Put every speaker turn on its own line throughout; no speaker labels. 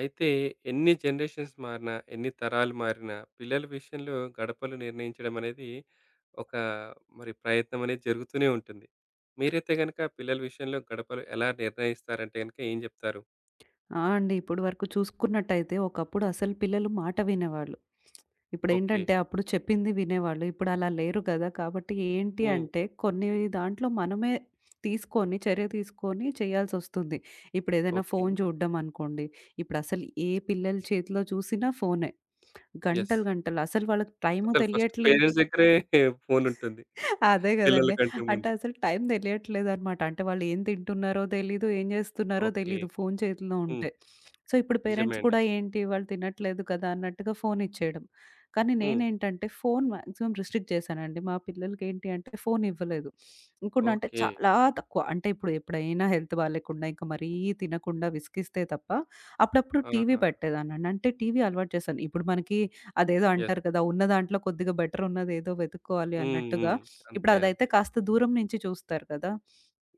అయితే ఎన్ని జనరేషన్స్ మారినా, ఎన్ని తరాలు మారినా పిల్లల విషయంలో గడపలు నిర్ణయించడం అనేది ఒక మరి ప్రయత్నం అనేది జరుగుతూనే ఉంటుంది. మీరైతే గనుక పిల్లల విషయంలో గడపలు ఎలా నిర్ణయిస్తారంటే గనుక ఏం జెప్తారు?
ఆ! అండి. ఇప్పుడు వరకు చూసుకున్నట్టయితే ఒకప్పుడు అసలు పిల్లలు మాట వినేవాళ్ళు.
ఓకే.
ఇప్పుడేంటంటే అప్పుడు చెప్పింది వినేవాళ్ళు. ఇప్పుడు అలా లేరు కదా! కాబట్టి ఏంటి
హ్మ్.
అంటే కొన్ని దాంట్లో మనమే చర్య తీసుకొని చేయాల్సొస్తుంది. ఇప్పుడేదైనా
ఓకే.
ఫోను చూడడం అనుకోండి. ఇప్పుడసలు ఏ పిల్లల చేతిలో చూసినా ఫోనే.
యెస్.
గంటలు గంటలు అసలు వాళ్ళకి టైము
అసలు ఫస్ట్
తెలియట్లేదు.
పేరెంట్స్ దగ్గరే ఫోనుంటుంది.
అదే గదండీ.
పిల్లలకంటే
అంటే
ముందు.
అసలు టైం తెలియట్లేదనమాట. అంటే వాళ్ళు ఏం తింటున్నారో తెలీదు, ఏం జేస్తున్నారో
ఓకే.
తెలీదు ఫోను చేతిలో
హ్మ్.
ఉంటే. సో, ఇప్పుడు
నిజమే
పేరెంట్స్
అండి.
కూడా ఏంటి వాళ్ళు తినట్లేదు కదా! అన్నట్టుగా ఫోను ఇచ్చేయడం. కానీ
హ్మ్.
నేనేంటంటే ఫోను మాక్సిమం రిస్ట్రిక్ట్ చేశానండి. మా పిల్లలకేంటి అంటే ఫోను ఇవ్వలేదు. ఇంకోటి అంటే
ఓకే.
చాలా తక్కువ. అంటే ఇప్పుడు ఎప్పుడైనా హెల్త్ బాలేకుండా ఇంక మరీ తినకుండా విసిగిస్తే తప్ప అప్పుడప్పుడు టీవీ
ఆహా!
పెట్టేదాన్నండి. అంటే టీవీ అలవాటు చేశాను. ఇప్పుడు మనకి అదేదో
యెస్.
అంటారు కదా! ఉన్న దాంట్లో కొద్దిగా బెటర్ ఉన్నదేదో వెతుక్కోవాలి
హ్మ్.
అన్నట్టుగా.
హ్మ్. అంతే.
ఇప్పుడదైతే
అంతే.
కాస్త దూరం నుంచి చూస్తారు కదా!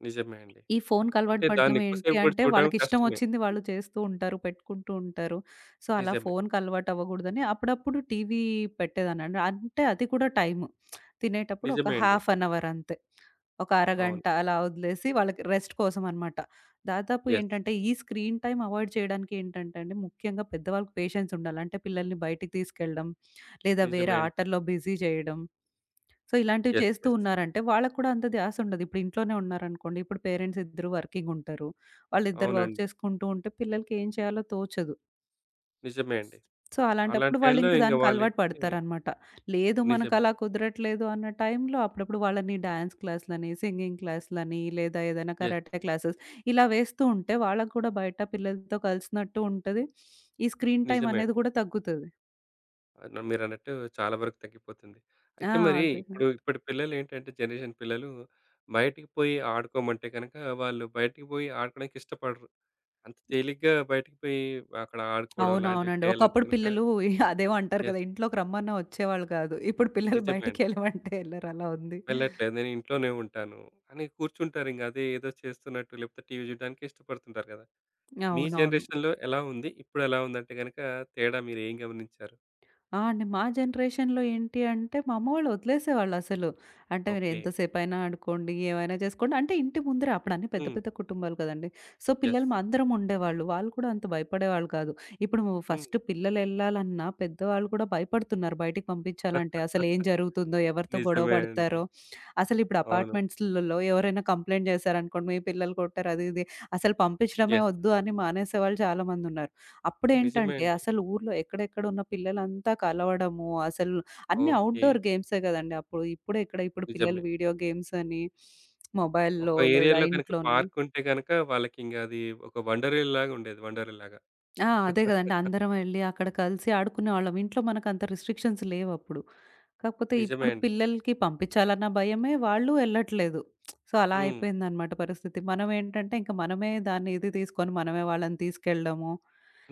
నిజమే అండి.
ఈ ఫోన్‌కి అలవాటు
అంటే దాన్ని
పడడం
ఎక్కువ
ఏంటి
సేపు గూడా
అంటే,
చూడడం
వాళ్ళకిష్టం
కష్టమే.
వచ్చింది వాళ్ళు చేస్తూ ఉంటారు, పెట్టుకుంటూ ఉంటారు. సో, అలా
నిజమే.
ఫోన్‌కి అలవాటు అవ్వకూడదని అప్పుడప్పుడు టీవీ పెట్టేదాన్నండి. అంటే అది కూడా టైము. తినేటప్పుడు ఒక
నిజమే అండి.
హాఫ్ అన్ అవర్ అంతే. ఒక
అవును.
అరగంట అలా వదిలేసి వాళ్ళకి రెస్ట్ కోసం అన్నమాట. దాదాపు
యెస్.
ఏంటంటే, ఈ స్క్రీన్ టైమ్ అవాయిడ్ చేయడానికి ఏంటంటే అండి, ముఖ్యంగా పెద్దవాళ్ళకి పేషెన్స్ ఉండాలి. అంటే పిల్లల్ని బయటికి తీసుకెళ్ళడం, లేదా
నిజమే
వేరే
అండి.
ఆటల్లో బిజీ చేయడం. సో, ఇలాంటివి
యెస్.
చేస్తూ
యెస్.
ఉన్నారంటే వాళ్ళకి కూడా అంత ధ్యాస ఉండదు. ఇప్పుడు ఇంట్లోనే ఉన్నారనుకోండి, ఇప్పుడు పేరెంట్స్ ఇద్దరు వర్కింగ్ ఉంటారు. వాళ్ళిద్దరు వర్క్
అవునండి.
చేసుకుంటూ ఉంటే పిల్లలకి ఏం చేయాలో తోచదు.
నిజమే అండి.
సో,
అలాంటి
అలాంటప్పుడు వాళ్ళు
టైంలో
ఇంక
ఇంక
దానికి అలవాటు
వాళ్ళేంటంటే
పడతారనమాట. లేదు
నిజమే.
మనకలా కుదరట్లేదు అన్న టైంలో అప్పుడప్పుడు వాళ్ళని డాన్స్ క్లాస్‌లని, సింగింగ్ క్లాస్‌లని లేదా ఏదైనా
యెస్.
కరాటే క్లాసెస్ ఇలా వేస్తూ ఉంటే వాళ్ళకి కూడా బయట పిల్లలతో కలిసినట్టు ఉంటది. ఈ స్క్రీన్ టైమ్
నిజమే
అనేది
అండి.
కూడా తగ్గుతది.
న మీరన్నట్టు చాలా వరకు తగ్గిపోతుంది.
ఆ!
అయితే మరి
అదే.
ఇప్పుడు ఇప్పటి పిల్లలేంటంటే జనరేషన్ పిల్లలు బయటికి పోయి ఆడుకోమంటే గనక వాళ్ళు బయటికి పోయి ఆడుకోవడానికి ఇష్టపడరు. అంత తేలిగ్గా బయటికి పోయి అక్కడ ఆడుకోవడం లాంటివి
అవునవునండి.
చేయాలంటే
ఒకప్పుడు
గనక
పిల్లలు అదేమో అంటారు కదా!
యెస్.
ఇంట్లోకి రమ్మన్నా వచ్చేవాళ్ళు కాదు. ఇప్పుడు పిల్లలు
నిజమే అండి.
బయటికెళ్ళమంటే ఎళ్ళరు. అలా ఉంది.
వెళ్ళట్లేదు. నేను ఇంట్లోనే ఉంటాను అని కూర్చుంటారు. ఇంక అదే ఏదో చేస్తున్నట్టు లేకపోతే టీవీ చూడడానికి ఇష్టపడుతుంటారు కదా! మీ
అవునవును.
జనరేషన్‌లో ఎలా ఉంది? ఇప్పుడు ఎలా ఉందంటే గనక తేడా మీరు ఏం గమనించారు?
ఆ! అండి. మా జనరేషన్‌లో ఏంటి అంటే, మా అమ్మ వాళ్ళు వదిలేసేవాళ్ళసలు. అంటే మీరు
ఓకే.
ఎంతసేపైనా ఆడుకోండి, ఏమైనా చేసుకోండి. అంటే ఇంటి ముందరే అప్పుడన్నీ పెద్ద
హ్మ్.
పెద్ద కుటుంబాలు కదండీ. So,
yes.
పిల్లలు మా అందరం ఉండేవాళ్ళు. వాళ్ళు కూడా అంత భయపడేవాళ్ళు కాదు. ఇప్పుడు
హ్మ్.
ఫస్ట్ పిల్లలెళ్ళాలన్నా పెద్దవాళ్ళు కూడా భయపడుతున్నారు బయటికి పంపించాలంటే. అసలు ఏం జరుగుతుందో, ఎవరితో గొడవ
నిజమే అండి.
పడతారో. అసలు ఇప్పుడు
అవును.
అపార్ట్మెంట్స్‌లలో ఎవరైనా కంప్లెయింట్ చేశారనుకోండి, మీ పిల్లలు కొట్టారు అది ఇది. అసలు పంపించడమే
యెస్.
వద్దు అని మానేసేవాళ్ళు చాలామందున్నారు.
నిజమే
అప్పుడేంటంటే
అండి.
అసలు ఊర్లో ఎక్కడెక్కడ ఉన్న పిల్లలంతా కలవడము, అసలు అన్నీ
ఓకే.
ఔట్‌డోర్ గేమ్సే గదండీ అప్పుడు. ఇప్పుడెక్కడ ఇప్పుడు పిల్లలు
నిజమే.
వీడియో గేమ్స్ అని
ఒక
మొబైల్‌లో లేదా
ఏరియాలో గనుక
ఇంట్లోనే.
పార్క్ ఉంటే గనక వాళ్ళకింక అది ఒక వండర్‌లాగా ఉండేది. వండర్‌లాగా.
ఆ! అదే గదండీ. అందరం ఎళ్లి అక్కడ కలిసి ఆడుకునేవాళ్ళం. ఇంట్లో మనకంత రిస్ట్రిక్షన్స్ లేవప్పుడు. కాకపోతే
నిజమే
ఇప్పుడు
అండి.
పిల్లలకి పంపించాలన్న భయమే, వాళ్ళు ఎళ్ళట్లేదు. సో, అలా
హ్మ్.
అయిపోయిందనమాట పరిస్థితి. మనమేంటంటే ఇంక మనమే దాన్ని ఇది తీసుకొని మనమే వాళ్ళని తీసుకెళ్ళడము,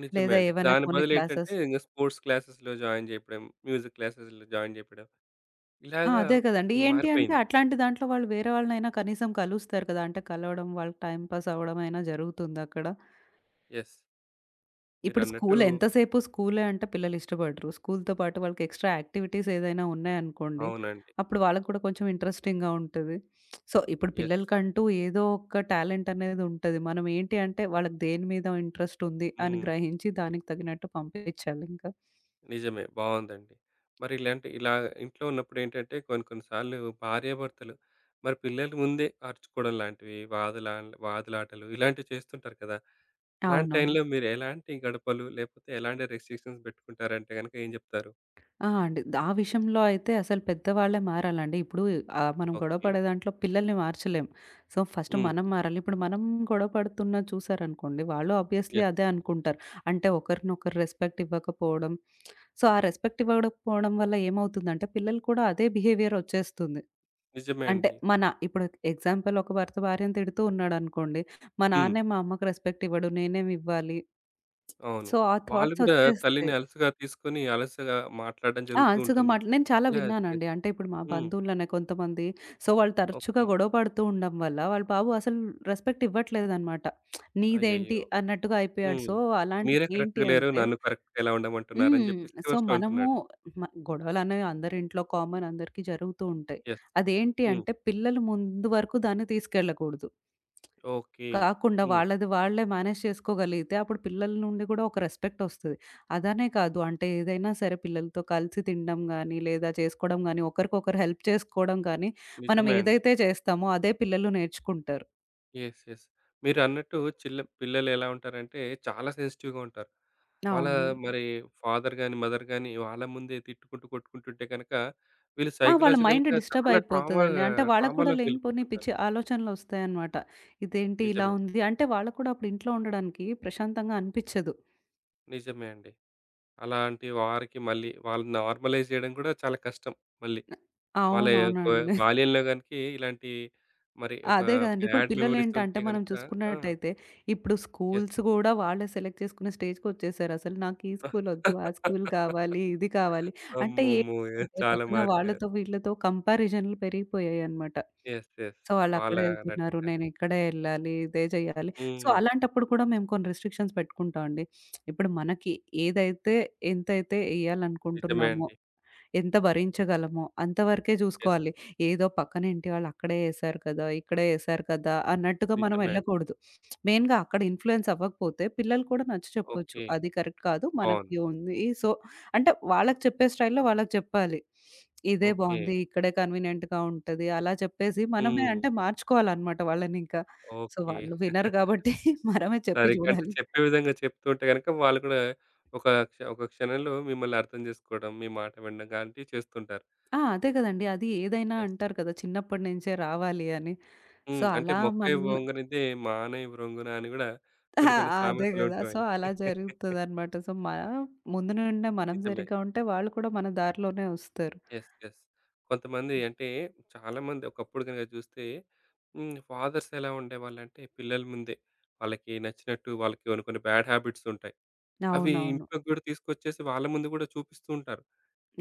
నిజమే
లేదా
అండి.
ఏవైనా
దాని
కొన్ని
బదులు ఏంటంటే
క్లాసెస్.
ఇంక స్పోర్ట్స్ క్లాసెస్‌లో జాయిన్ జేయడం, మ్యూజిక్ క్లాసెస్‌లో జాయిన్ జేయడం.
ఆ!
ఇలాగా
అదే కదండీ. ఏంటి అంటే
మారిపోయింది.
అట్లాంటి దాంట్లో వాళ్ళు వేరే వాళ్ళనైనా కనీసం కలుస్తారు కదా! అంటే కలవడం, వాళ్ళకి టైమ్ పాస్ అవ్వడం అయినా జరుగుతుందక్కడ.
యెస్.
ఇప్పుడు
మీరన్నట్టు
స్కూల్ ఎంతసేపు స్కూలే అంటే పిల్లలు ఇష్టపడరు. స్కూల్‌తో పాటు వాళ్ళకి ఎక్స్‌ట్రా యాక్టివిటీస్ ఏదైనా ఉన్నాయనుకోండి,
అవునండి.
అప్పుడు వాళ్ళకి కూడా కొంచెం ఇంట్రెస్టింగ్‌గా ఉంటది. సో, ఇప్పుడు
యెస్.
పిల్లలకంటూ ఏదో ఒక టాలెంట్ అనేది ఉంటది. మనం ఏంటి అంటే వాళ్ళకి దేని మీద ఇంట్రెస్ట్ ఉంది అని
హ్మ్.
గ్రహించి దానికి తగినట్టు పంపించాలింకా.
నిజమే. బావుందండి. మరి ఇలాంటి ఇలా ఇంట్లో ఉన్నప్పుడేంటంటే కొన్ని కొన్ని సార్లు భార్యాభర్తలు మరి పిల్లలు ముందే అరుచుకోవడం లాంటివి, వాదులాటలు ఇలాంటివి చేస్తుంటారు కదా! అలాంటి
అవునవును.
టైంలో మీరు ఎలాంటి గడపలు లేకపోతే ఎలాంటి రెస్ట్రిక్షన్స్ పెట్టుకుంటారంటే గనుక ఏం చెప్తారు?
ఆ! అండి. ఆ విషయంలో అయితే అసలు పెద్దవాళ్ళే మారాలండి. ఇప్పుడు మనం గొడవ
ఓకే.
పడే దాంట్లో పిల్లల్ని మార్చలేం. సో, ఫస్ట్
హ్మ్.
మనం మారాలి. ఇప్పుడు మనం గొడవ పడుతున్నది చూసారనుకోండి, వాళ్ళు ఆబ్వియస్లీ
యెస్.
అదే అనుకుంటారు. అంటే ఒకరినొకరు రెస్పెక్ట్ ఇవ్వకపోవడం. సో, ఆ రెస్పెక్ట్ ఇవ్వకపోవడం వల్ల ఏమవుతుందంటే పిల్లలు కూడా అదే బిహేవియర్ ఒచ్చేస్తుంది.
నిజమే
అంటే
అండి.
మన ఇప్పుడు ఎగ్జాంపుల్ ఒక భర్త భార్యను తిడుతూ ఉన్నాడనుకోండి, మా
హ్మ్.
నాన్నే మా అమ్మకి రెస్పెక్ట్ ఇవ్వడు నేనేమి ఇవ్వాలి?
అవును.
సో, ఆ
వాళ్ళు
థాట్స్
కూడా తల్లిని
ఒచ్చేస్తాయి.
అలుసుగా తీసుకొని, అలుసుగా మాట్లాడడం
ఆ!
జరుగుతూ
అలుసుగా
ఉంటుంది.
నేను చాలా
ఇలా
విన్నానండి. అంటే ఇప్పుడు మా
హ్మ్.
బంధువుల్లోనే కొంతమంది సో, వాళ్ళు తరచుగా
ఓకే.
గొడవ పడుతూ ఉండడం వల్ల వాళ్ళ బాబు అసలు రెస్పెక్ట్ ఇవ్వట్లేదనమాట. నీదేంటి
అయ్యయ్యో!
అన్నట్టుగా అయిపోయాడు.
హ్మ్.
సో, అలాంటివి
మీరే కరెక్ట్‌గా
ఏంటి
లేరు.
అంటే
నన్ను కరెక్ట్‌గా ఎలా ఉండమంటున్నారని
హ్మ్.
చెప్పేసి
సో,
రివర్స్‌లో
మనము
అంటున్నాడు.
గొడవలనేవి అందరి ఇంట్లో కామన్ అందరికీ జరుగుతూ ఉంటాయి.
యెస్.
అదేంటి
హ్మ్.
అంటే పిల్లలు ముందు వరకు దాన్ని తీసుకెళ్ళకూడదు.
ఓకే.
కాకుండా
హ్మ్.
వాళ్ళది వాళ్ళే మేనేజ్ చేసుకోగలిగితే అప్పుడు పిల్లల నుండి కూడా ఒక రెస్పెక్ట్ ఒస్తది. అదనే కాదు అంటే ఏదైనా సరే పిల్లలతో కలిసి తినడం గానీ, లేదా చేసుకోవడం గానీ, ఒకరికొకరు హెల్ప్ చేసుకోవడం గానీ, మనం
నిజమే అండి.
ఏదైతే చేస్తామో అదే పిల్లలు నేర్చుకుంటారు.
యెస్. యెస్. మీరన్నట్టు చిల్ల పిల్లలు ఎలా ఉంటారంటే చాలా సెన్సిటివ్‌గా ఉంటారు. వాళ్ళ
అవును.
మరి ఫాదర్ గాని, మదర్ గాని వాళ్ళ ముందే తిట్టుకుంటూ, కొట్టుకుంటుంటే గనక వీళ్ళు
ఆ! వాళ్ళ మైండ్
సైకలాజికల్‌గా
డిస్టర్బ్
చాలా ట్రామా
అయిపోతదండి. అంటే వాళ్ళకి కూడా లేనిపోని
ట్రామాలోకెళ్ళిపోతుంటారు.
పిచ్చి ఆలోచనలొస్తాయన్నమాట. ఇదేంటి ఇలా
నిజమే.
ఉంది? అంటే వాళ్ళకి కూడా అప్పుడు ఇంట్లో ఉండడానికి ప్రశాంతంగా అనిపిచ్చదు.
నిజమే అండి. అలాంటి వారికి మళ్ళీ వాళ్ళని నార్మలైజ్ చేయడం కూడా చాలా కష్టం మళ్ళీ. వాళ్ళ యొక్క
అవునవునండి.
బాల్యంలో గనకి ఇలాంటి మరి ఒక
అదే గదండీ. ఇప్పుడు
బ్యాడ్ మెమోరీస్
పిల్లలేంటంటే
ఉంటే
మనం
గనుక ఆ!
చూసుకున్నట్టయితే, ఇప్పుడు
యెస్.
స్కూల్స్ గూడా వాళ్ళే సెలెక్ట్ చేసుకునే స్టేజ్‌కొచ్చేసారు. అసలు నాకు ఈ స్కూలొద్దు, ఆ స్కూల్ కావాలి, ఇది కావాలి. అంటే
అమ్మమ్మో!
ఏంటంటే
చాలా
పక్కన
మారిపోయారు.
వాళ్ళతో, వీళ్ళతో కంపారిజన్‌లు పెరిగిపోయాయన్నమాట.
యెస్. యెస్.
సో,
వాళ్ళ
వాళ్ళక్కడ ఎళ్తున్నారు,
నటన.
నేనిక్కడే ఎళ్ళాలి, ఇదే జేయాలి. సో,
హ్మ్.
అలాంటప్పుడు కూడా మేము కొన్ని రిస్ట్రిక్షన్స్ పెట్టుకుంటాం అండి. ఇప్పుడు మనకి ఏదైతే ఎంతైతే
నిజమే
ఎయ్యాలనుకుంటున్నామో
అండి.
ఎంత భరించగలమో అంతవరకే
యెస్.
చూసుకోవాలి. ఏదో పక్కన ఇంటి వాళ్ళు అక్కడే ఏశారు కదా! ఇక్కడే ఏశారు కదా! అన్నట్టుగా మనం
నిజమే అండి.
ఎళ్ళకూడదు. మెయిన్‌గా అక్కడ ఇన్‌ఫ్లూయెన్స్ అవ్వకపోతే పిల్లలు కూడా నచ్చ చెప్పొచ్చు.
ఓకే.
అది కరెక్ట్ కాదు.
అవును.
మనకి ఉంది. సో, అంటే వాళ్ళకి చెప్పే స్టైల్‌లో వాళ్ళకి చెప్పాలి. ఇదే
ఓకే.
బావుంది. ఇక్కడే కన్వీనియంట్‌గా ఉంటది. అలా చెప్పేసి మనమే
హ్మ్.
అంటే మార్చుకోవాలన్నమాట వాళ్ళనింకా. So,
okay.
వాళ్ళు వినరు కాబట్టి మనమే చెప్పి
సరిగ్గా అంటే
చూడాలి.
చెప్పే విధంగా చెప్తూ ఉంటే గనుక వాళ్ళు కూడా ఒక క్షణంలో మిమ్మల్ని అర్థం జేసుకోవడం, మీ మాట వినడం లాంటివి చేస్తుంటారు.
ఆ! అదే కదండీ. అది ఏదైనా
యెస్.
అంటారు కదా! చిన్నప్పటి నుంచే రావాలి అని. సో,
హ్మ్. అంటే
అలా
"మొక్కై ఓంగనిదే మానై వ్రొంగున" అని గూడా కొన్ని
అహా!
కొన్ని
అదే
సామెతలు
గదా! సో,
ఉంటాయి.
అలా జరుగుతదనమాట. సో, మన ముందు నుండే మనం
నిజమే.
సరిగ్గా ఉంటే వాళ్ళు కూడా మన దారిలోనే వస్తారు.
యెస్. యెస్. కొంతమంది అంటే చాలామంది ఒకప్పుడు గనుక చూస్తే హ్మ్. ఫాదర్స్ ఎలా ఉండేవాళ్ళంటే పిల్లల ముందే వాళ్ళకి నచ్చినట్టు వాళ్ళకి కొన్ని కొన్ని బ్యాడ్ హ్యాబిట్స్ ఉంటాయి. అవి
అవునవును.
ఇంట్లోకి గూడా తీసుకొచ్చేసి వాళ్ళ ముందు గూడా చూపిస్తూ ఉంటారు.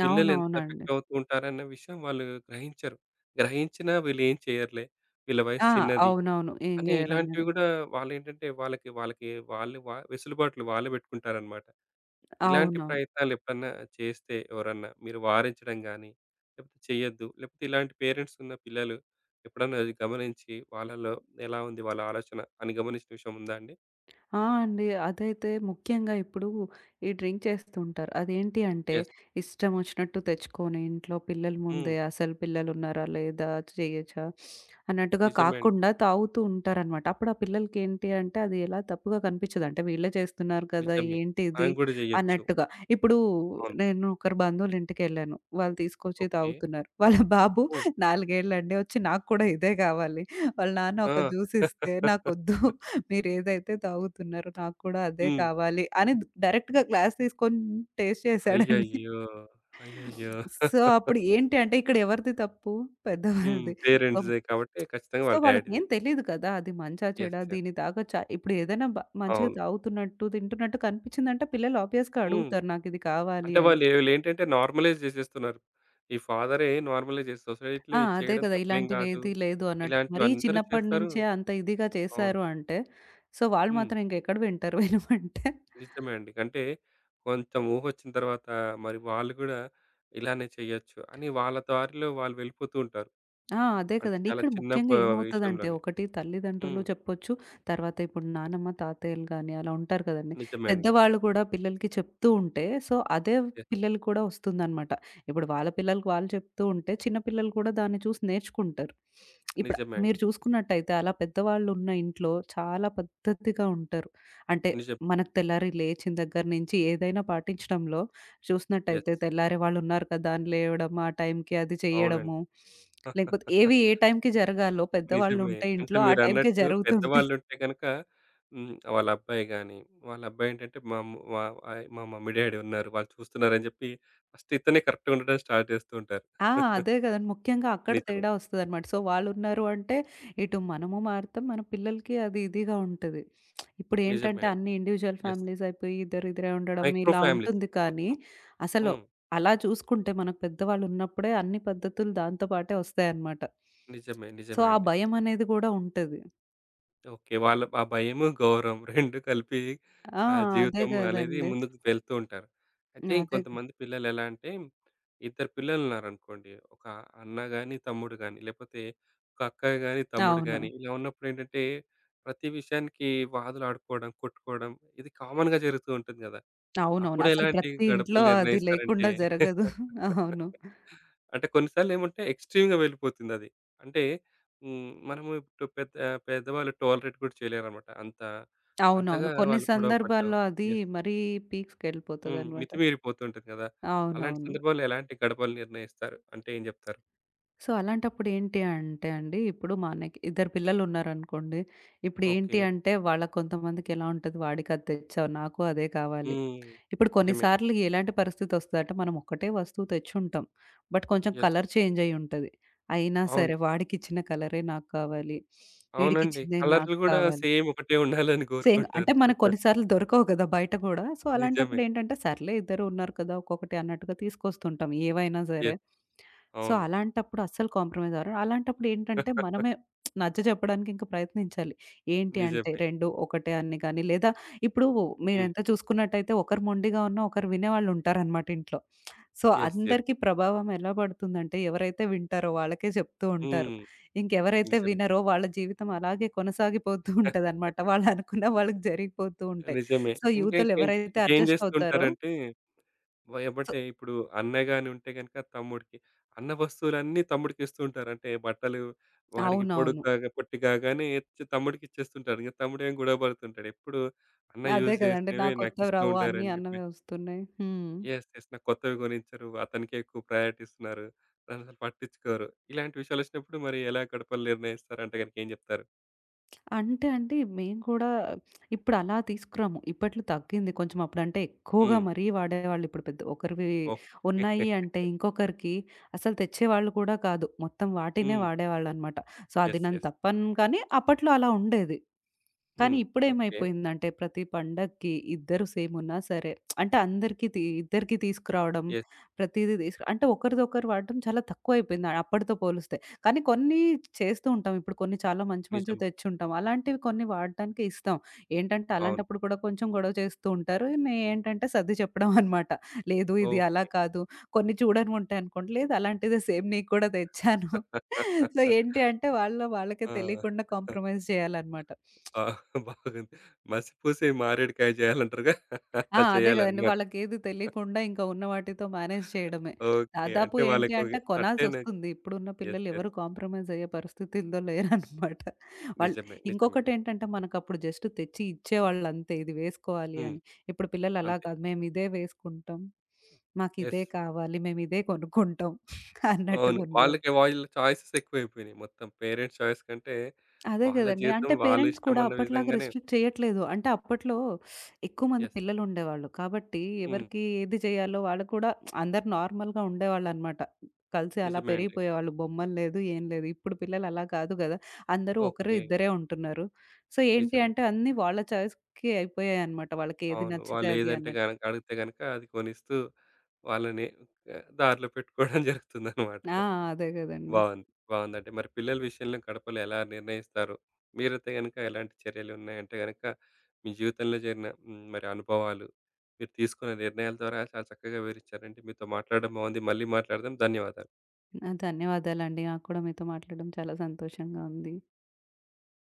పిల్లలు ఎంత
అవునవునండి.
ఎఫెక్ట్ అవుతూ ఉంటారన్న విషయం వాళ్ళు గ్రహించరు. గ్రహించినా వీళ్ళు ఏం చేయరులే. వీళ్ళ వయసు
ఆ!
చిన్నది.
అవునవును. ఏం
కానీ ఇలాంటివి
జేయరన్నది.
గూడా వాళ్ళేంటంటే వాళ్ళకి వాళ్ళకి వాళ్ళు వా వెసులుబాట్లు వాళ్ళే పెట్టుకుంటారనమాట. ఇలాంటి
అవునవును.
ప్రయత్నాలెప్పుడన్నా చేస్తే ఎవరన్నా మీరు వారించడం గానీ, లేకపోతే చెయ్యొద్దు, లేకపోతే ఇలాంటి పేరెంట్స్ ఉన్న పిల్లలు ఎప్పుడన్నా అది గమనించి వాళ్ళలో ఎలా ఉంది వాళ్ళ ఆలోచన అని గమనించిన విషయం ఉందా అండి?
ఆ! అండి. అదైతే ముఖ్యంగా ఇప్పుడు ఈ డ్రింక్ చేస్తుంటారు. అదేంటి అంటే
యెస్.
ఇష్టమొచ్చినట్టు తెచ్చుకొని ఇంట్లో పిల్లల
హ్మ్.
ముందే అసలు పిల్లలున్నారా? లేదా? చేయొచ్చా? అన్నట్టుగా
నిజమే అండి.
కాకుండా తాగుతూ ఉంటారనమాట. అప్పుడు ఆ పిల్లలకి ఏంటి అంటే అది ఎలా తప్పుగా కనిపించదు. అంటే వీళ్ళే చేస్తున్నారు కదా!
నిజమే.
ఏంటి
మనం
ఇది
గూడా జెయ్యొచ్చు.
అన్నట్టుగా. ఇప్పుడు
అవును.
నేను ఒకరి బంధువుల ఇంటికెళ్ళాను. వాళ్ళు తీసుకొచ్చి
ఓకే.
తాగుతున్నారు. వాళ్ళ బాబు
హ్మ్.
4 ఏళ్ళండి. వచ్చి నాకు కూడా ఇదే కావాలి. వాళ్ళ నాన్న ఒక
ఆ!
జ్యూస్ ఇస్తే నాకొద్దు మీరేదైతే తాగుతున్నారో నాకు కూడా అదే
హ్మ్.
కావాలి అని డైరెక్ట్‌గా గ్లాస్ తీసుకొని టేస్ట్ చేసాడండి.
అయ్యయ్యో! అయ్యయ్యో!
సో, అప్పుడు ఏంటి అంటే ఇక్కడ ఎవరిది తప్పు?
హ్మ్.
పెద్దవాళ్ళది. అం
పేరెంట్స్‌దే కాబట్టి ఖచ్చితంగా
సో,
వాళ్ళ డ్యాడీదే.
వాళ్ళకేం తెలీదు కదా! అది మంచా, చెడా,
యెస్. యెస్.
దీన్ని తాగొచ్చా? ఇప్పుడు ఏదైనా మంచిగా
అవును.
తాగుతున్నట్టు, తింటున్నట్టు కనిపించిందంటే పిల్లలు ఆబ్వియస్‌గా
హ్మ్.
అడుగుతారు నాకిది కావాలి
అంటే
అని.
వాళ్ళు వీళ్ళేంటంటే నార్మలైజ్ జేసేస్తున్నారు. ఈ ఫాదరే నార్మలైజ్ చేసి సొసైటీలో
ఆ!
ఇది
అదే
చేయడం
కదా!
తప్పేం కాదు.
ఇలాంటివేది లేదు అన్నట్టు. మరీ
ఇలాంటివందరూ
చిన్నప్పటి
చేస్తారు.
నుంచే అంత ఇదిగా
అవును.
చేశారు అంటే, సో, వాళ్ళు
హ్మ్.
మాత్రం ఇంకెక్కడ వింటారు వినమంటే.
నిజమే అండి. అంటే కొంచెం ఊహొచ్చిన తర్వాత మరి వాళ్ళు గూడా ఇలానే చేయొచ్చు అని వాళ్ళ దారిలో వాళ్ళు వెళ్ళిపోతూ ఉంటారు.
ఆ! అదే
అంటే
కదండీ.
చాలా
ఇక్కడ
చిన్న ప
ముఖ్యంగా ఏమవుతదంటే
విషయంలోనే.
ఒకటి తల్లిదండ్రులు
హ్మ్.
చెప్పొచ్చు. తర్వాత ఇప్పుడు నానమ్మ, తాతయ్యలు గాని అలా ఉంటారు కదండీ.
నిజమే అండి.
పెద్దవాళ్ళు కూడా పిల్లలకి చెప్తూ ఉంటే సో, అదే
యెస్.
పిల్లలకి కూడా వస్తుందనమాట. ఇప్పుడు వాళ్ళ పిల్లలకి వాళ్ళు చెప్తూ ఉంటే చిన్న పిల్లలు కూడా దాన్ని చూసి నేర్చుకుంటారు. ఇప్పుడు
నిజమే
మీరు
అండి.
చూసుకున్నట్టయితే అలా పెద్దవాళ్ళు ఉన్న ఇంట్లో చాలా పద్ధతిగా ఉంటారు. అంటే
నిజమే.
మనకు తెల్లారి లేచిన దగ్గర నుంచి ఏదైనా పాటించడంలో చూసినట్టయితే
యెస్.
తెల్లారే వాళ్ళున్నారు కదా! అని లేవడం, ఆ టైంకి అది
అవునండి.
చేయడము. లేకపోతే ఏవి ఏ టైంకి జరగాలో
నిజమే.
పెద్దవాళ్ళుంటే
అంటే
ఇంట్లో ఆ టైంకే
మీరన్నట్టు
జరుగుతుంటాయి.
పెద్దవాళ్ళుంటే గనక హ్మ్. వాళ్ళ అబ్బాయి గాని, వాళ్ళ అబ్బాయేంటంటే మా మ్ మా ఆహ్, మా మమ్మీ, డ్యాడీ ఉన్నారు. వాళ్ళు చూస్తున్నారని జెప్పి ఫస్ట్ ఇతనే కరెక్ట్‌గా ఉండడం స్టార్ట్ జేస్తూ ఉంటారు.
ఆ! అదే గదండి. ముఖ్యంగా అక్కడ
నిజమే.
తేడా ఒస్తదనమాట. సో, వాళ్ళున్నారు అంటే ఇటు మనము మారుతాం, మన పిల్లలకి అది ఇదిగా ఉంటది.
నిజమే
ఇప్పుడేంటంటే
అండి.
అన్ని ఇండివిడ్యువల్
యెస్.
ఫ్యామిలీస్ అయిపోయి ఇద్దరిద్దరే ఉండడం
మైక్రో
ఇలా
ఫ్యామిలీస్
ఉంటుంది కానీ,
మొత్తం.
అసలు
హ్మ్.
అలా చూసుకుంటే మనకు పెద్దవాళ్ళున్నప్పుడే అన్ని పద్ధతులు దాంతో పాటే ఒస్తాయన్నమాట.
నిజమే.
సో,
నిజమే
ఆ
అండి.
భయమనేది గూడా ఉంటది.
ఓకే. వాళ్ళ ఆ భయము, గౌరవం 2 కలిపి
ఆ!
ఆ
అదే
జీవితం అనేది
గదండీ.
ముందుకు వెళ్తూ ఉంటారు. అయితే
అదే.
ఇంకొంతమంది పిల్లలెలా అంటే, ఇద్దరు పిల్లలున్నారనుకోండి. ఒక అన్న గాని, తమ్ముడు గాని, లేపోతే ఒక అక్క గాని, తమ్ముడు
అవును.
గాని, ఇలా ఉన్నప్పుడేంటంటే, ప్రతి విషయానికి వాదులాడుకోవడం, కొట్టుకోవడం ఇది కామన్‌గా జరుగుతూ ఉంటుంది గదా!
అవునవును.
అప్పుడు
అసలు
ఎలాంటి
ప్రతి ఇంట్లో
గడపలు
అది
నిర్ణయిస్తారంటే
లేకుండా జరగదు. అవును.
అంటే కొన్ని సార్లేమంటే ఎక్స్‌ట్రీమ్‌గా వెళ్ళిపోతుందది. అంటే హ్మ్. మనము ఇప్పుడు పెద్ద పెద్దవాళ్ళు టాలరేట్ కూడా చేయలేరనమాట. అంత అంతగా
అవునవును. కొన్ని
వాళ్ళు గొడవ పడ్డం.
సందర్భాల్లో అది
యెస్.
మరీ
హ్మ్.
పీక్స్‌కెళ్ళిపోతదనమాట.
మితిమీరిపోతుంటది కదా! అలాంటి
అవునవును.
సందర్భాల్లో ఎలాంటి గడపలు నిర్ణయిస్తారు? అంటే ఏం జెప్తారు?
సో, అలాంటప్పుడు ఏంటి అంటే అండి, ఇప్పుడు మా అన్నయ్యకి ఇద్దరు పిల్లలున్నారనుకోండి. ఇప్పుడు
ఓకే.
ఏంటి అంటే వాళ్ళ కొంతమందికెలా ఉంటది, "వాడికది తెచ్చావు, నాకు అదే కావాలి."
హ్మ్.
ఇప్పుడు
నిజమే.
కొన్నిసార్లు ఎలాంటి పరిస్థితొస్తదంటే, మనం ఒక్కటే వస్తువు తెచ్చుంటాం. బట్ కొంచెం
యెస్.
కలర్ చేంజ్ అయ్యుంటది. అయినా
అవును.
సరే వాడికిచ్చిన కలరే నాకు కావాలి,
అవునండి.
వీడికిచ్చిందే
కలర్‌లు
నాకు
గూడా
కావాలి.
సేమ్ ఒకటే ఉండాలని
సేమ్
కోరుకుంటారు.
అంటే మనకు కొన్ని సార్లు దొరకవు కదా బయట గూడా. సో,
నిజమే.
అలాంటప్పుడు ఏంటంటే, సర్లే ఇద్దరు ఉన్నారు కదా! ఒక్కొక్కటి అన్నట్టుగా తీసుకొస్తుంటాం ఏవైనా సరే.
యెస్.
సో,
అవును.
అలాంటప్పుడు అస్సలు కాంప్రమైజ్ అవ్వరు. అలాంటప్పుడు ఏంటంటే, మనమే నచ్చ చెప్పడానికి ఇంకా ప్రయత్నించాలి. ఏంటి అంటే
నిజమే.
2 ఒకటే అని గాని, లేదా ఇప్పుడు
హ్మ్.
మీరెంత చూసుకున్నట్టయితే ఒకరు మొండిగా ఉన్నా, ఒకరు వినేవాళ్ళుంటారనమాట ఇంట్లో. So,
yes. యెస్.
అందరికీ ప్రభావం ఎలా పడుతుందంటే, ఎవరైతే వింటారో వాళ్ళకే చెప్తూ ఉంటారు.
హ్మ్.
ఇంకెవరైతే
నిజమే.
వినరో వాళ్ళ జీవితం అలాగే కొనసాగిపోతూ ఉంటదనమాట. వాళ్ళనుకున్న వాళ్ళకి జరిగిపోతూ ఉంటాయి.
నిజమే.
సో,
ఇంకా
యువతలు
ఇంకే
ఎవరైతే
ఇంకేం
అడ్జస్ట్ అవుతారో
జేస్తుంటారంటే, వ
సో
ఎమ్మటే ఇప్పుడు అన్న గాని ఉంటే గనుక తమ్ముడికి, అన్న వస్తువులన్నీ తమ్ముడికి ఇస్తూ ఉంటారు. అంటే బట్టలు వాడికి
అవునవును.
పొడుగ్గాగా, పొట్టి కాగానే ఇచ్చి తమ్ముడికి ఇచ్చేస్తుంటారు. ఇక తమ్ముడేమో గొడవ పడుతుంటాడు. ఎప్పుడు అన్న
అదే
యూజ్
కదండీ!
చేసినవే
నాకొత్తవి
నాకిస్తూ
రావు అన్నీ
ఉంటారని చెప్పి.
అన్నవే వస్తున్నాయి. హ్మ్.
యెస్. యెస్. నాకు కొత్తవి కొనిచ్చరు. అతనికే ఎక్కువ ప్రయారిటీ ఇస్తున్నారు. నన్నసలు పట్టించుకోరు. ఇలాంటి విషయాలొచ్చినప్పుడు మరి ఎలా గడపలు నిర్ణయిస్తారంటే గనుక ఏం జెప్తారు?
అంటే అండి, మేము కూడా ఇప్పుడు అలా తీసుకురాము. ఇప్పట్లో తగ్గింది కొంచెం. అప్పుడంటే ఎక్కువగా
హ్మ్.
మరీ వాడేవాళ్ళు. ఇప్పుడు పెద్ద ఒకరివి
ఓకే.
ఉన్నాయి అంటే ఇంకొకరికి అసలు తెచ్చేవాళ్ళు కూడా కాదు. మొత్తం వాటినే
హ్మ్.
వాడేవాళ్ళనమాట. సో, అది
యెస్.
నేను
యెస్.
తప్పను కానీ అప్పట్లో అలా ఉండేది. కానీ
హ్మ్. ఓకే.
ఇప్పుడేమైపోయిందంటే ప్రతి పండక్కి ఇద్దరు సేమ్ ఉన్నా సరే అంటే అందరికీ ఇద్దరికీ తీసుకురావడం,
యెస్.
ప్రతీదీ తీసుకు అంటే ఒకరిదొకరు వాడటం చాలా తక్కువైపోయింది అప్పటితో పోలిస్తే. కానీ కొన్ని చేస్తూ ఉంటాం. ఇప్పుడు కొన్ని చాలా మంచి మంచివి
నిజమే.
తెచ్చుంటాం. అలాంటివి కొన్ని వాడటానికి ఇస్తాం. ఏంటంటే
అవును.
అలాంటప్పుడు కూడా కొంచెం గొడవ చేస్తూ ఉంటారు. ఏంటంటే సర్ది చెప్పడం అనమాట. లేదు ఇది అలా
ఓకే.
కాదు. కొన్ని చూడనివుంటాయనుకోండి. లేదు అలాంటిదే సేమ్ నీకు కూడా తెచ్చాను. సో ఏంటి అంటే వాళ్ళు వాళ్ళకే
ఆ!
తెలియకుండా కాంప్రమైజ్ చేయాలన్నమాట.
ఆ! బాగుంది. మసిపూసి మారేడుకాయ చేయాలంటారుగా
ఆ!
అలా
అదే గదండీ.
చేయాలన్నమాట.
వాళ్ళకేది తెలియకుండా ఇంకా ఉన్న వాటితో మేనేజ్ చేయడమే.
ఓకే.
దాదాపు
అంటే
ఏంటి
వాళ్ళకి ఒక
అంటే
సర్టెన్
కొనాల్సొస్తుంది. ఇప్పుడున్న
యెస్.
పిల్లలు
యెస్.
ఎవరు కాంప్రమైజ్ అయ్యే పరిస్థితుల్లో లేరనమాట. వాళ్ళు
నిజమే. నిజమే అండి.
ఇంకొకటేంటంటే మనకప్పుడు జస్ట్ తెచ్చి ఇచ్చేవాళ్ళంతే. ఇది వేసుకోవాలి
హ్మ్.
అని. ఇప్పుడు పిల్లలు అలా
అంతే.
కాదు. మేమిదే వేసుకుంటాం. మాకిదే
యెస్.
కావాలి. మేమిదే కొనుక్కుంటాం
అవును.
అన్నట్టుగున్నారు.
వాళ్ళకి వాళ్ళ చాయిసెస్ ఎక్కువైపోయినాయి. మొత్తం పేరెంట్స్ చాయిస్ కంటే
అదే
వాళ్ళ
గదండీ.
జీవితం
అంటే
వాళ్ళ
పేరెంట్స్ కూడా
ఇష్టమన్న
అప్పట్లాగా
విధంగానే
రిస్ట్రిక్ట్ చేయట్లేదు. అంటే అప్పట్లో ఎక్కువ మంది
యెస్.
పిల్లలుండేవాళ్ళు. కాబట్టి
హ్మ్.
ఎవరికి ఏది చేయాలో వాళ్ళు కూడా అందరు నార్మల్‌గా ఉండేవాళ్ళనమాట. కలిసి అలా
నిజమే అండి.
పెరిగిపోయేవాళ్ళు. బొమ్మలు లేదు, ఏం లేదు. ఇప్పుడు పిల్లలు అలా కాదు గదా! అందరూ ఒకరు,
ఓకే.
ఇద్దరే ఉంటున్నారు. సో, ఏంటి
నిజమే.
అంటే అన్నీ వాళ్ళ చాయిస్‌కి అయిపోయాయనమాట. వాళ్ళకి ఏది
అవును.
నచ్చితే అది
వాళ్ళేదంటే
అన్నట్టు.
గనక అడిగితే గనక అది కొనిస్తూ వాళ్ళని ఆహ్, దారిలో పెట్టుకోవడం జరుగుతుందనమాట.
ఆ! అదే గదండీ.
బావుంది. బావుందంటే మరి పిల్లల విషయంలో గడపలు ఎలా నిర్ణయిస్తారు? మీరైతే గనక ఎలాంటి చర్యలున్నాయంటే గనక మీ జీవితంలో జరిగిన హ్మ్. మరి అనుభవాలు, మీరు తీసుకున్న నిర్ణయాల ద్వారా చాలా చక్కగా వివరించారండి. మీతో మాట్లాడడం బావుంది. మళ్ళీ మాట్లాడదాం. ధన్యవాదాలు.
ఆ! ధన్యవాదాలండి. నాకు కూడా మీతో మాట్లాడడం చాలా సంతోషంగా ఉంది.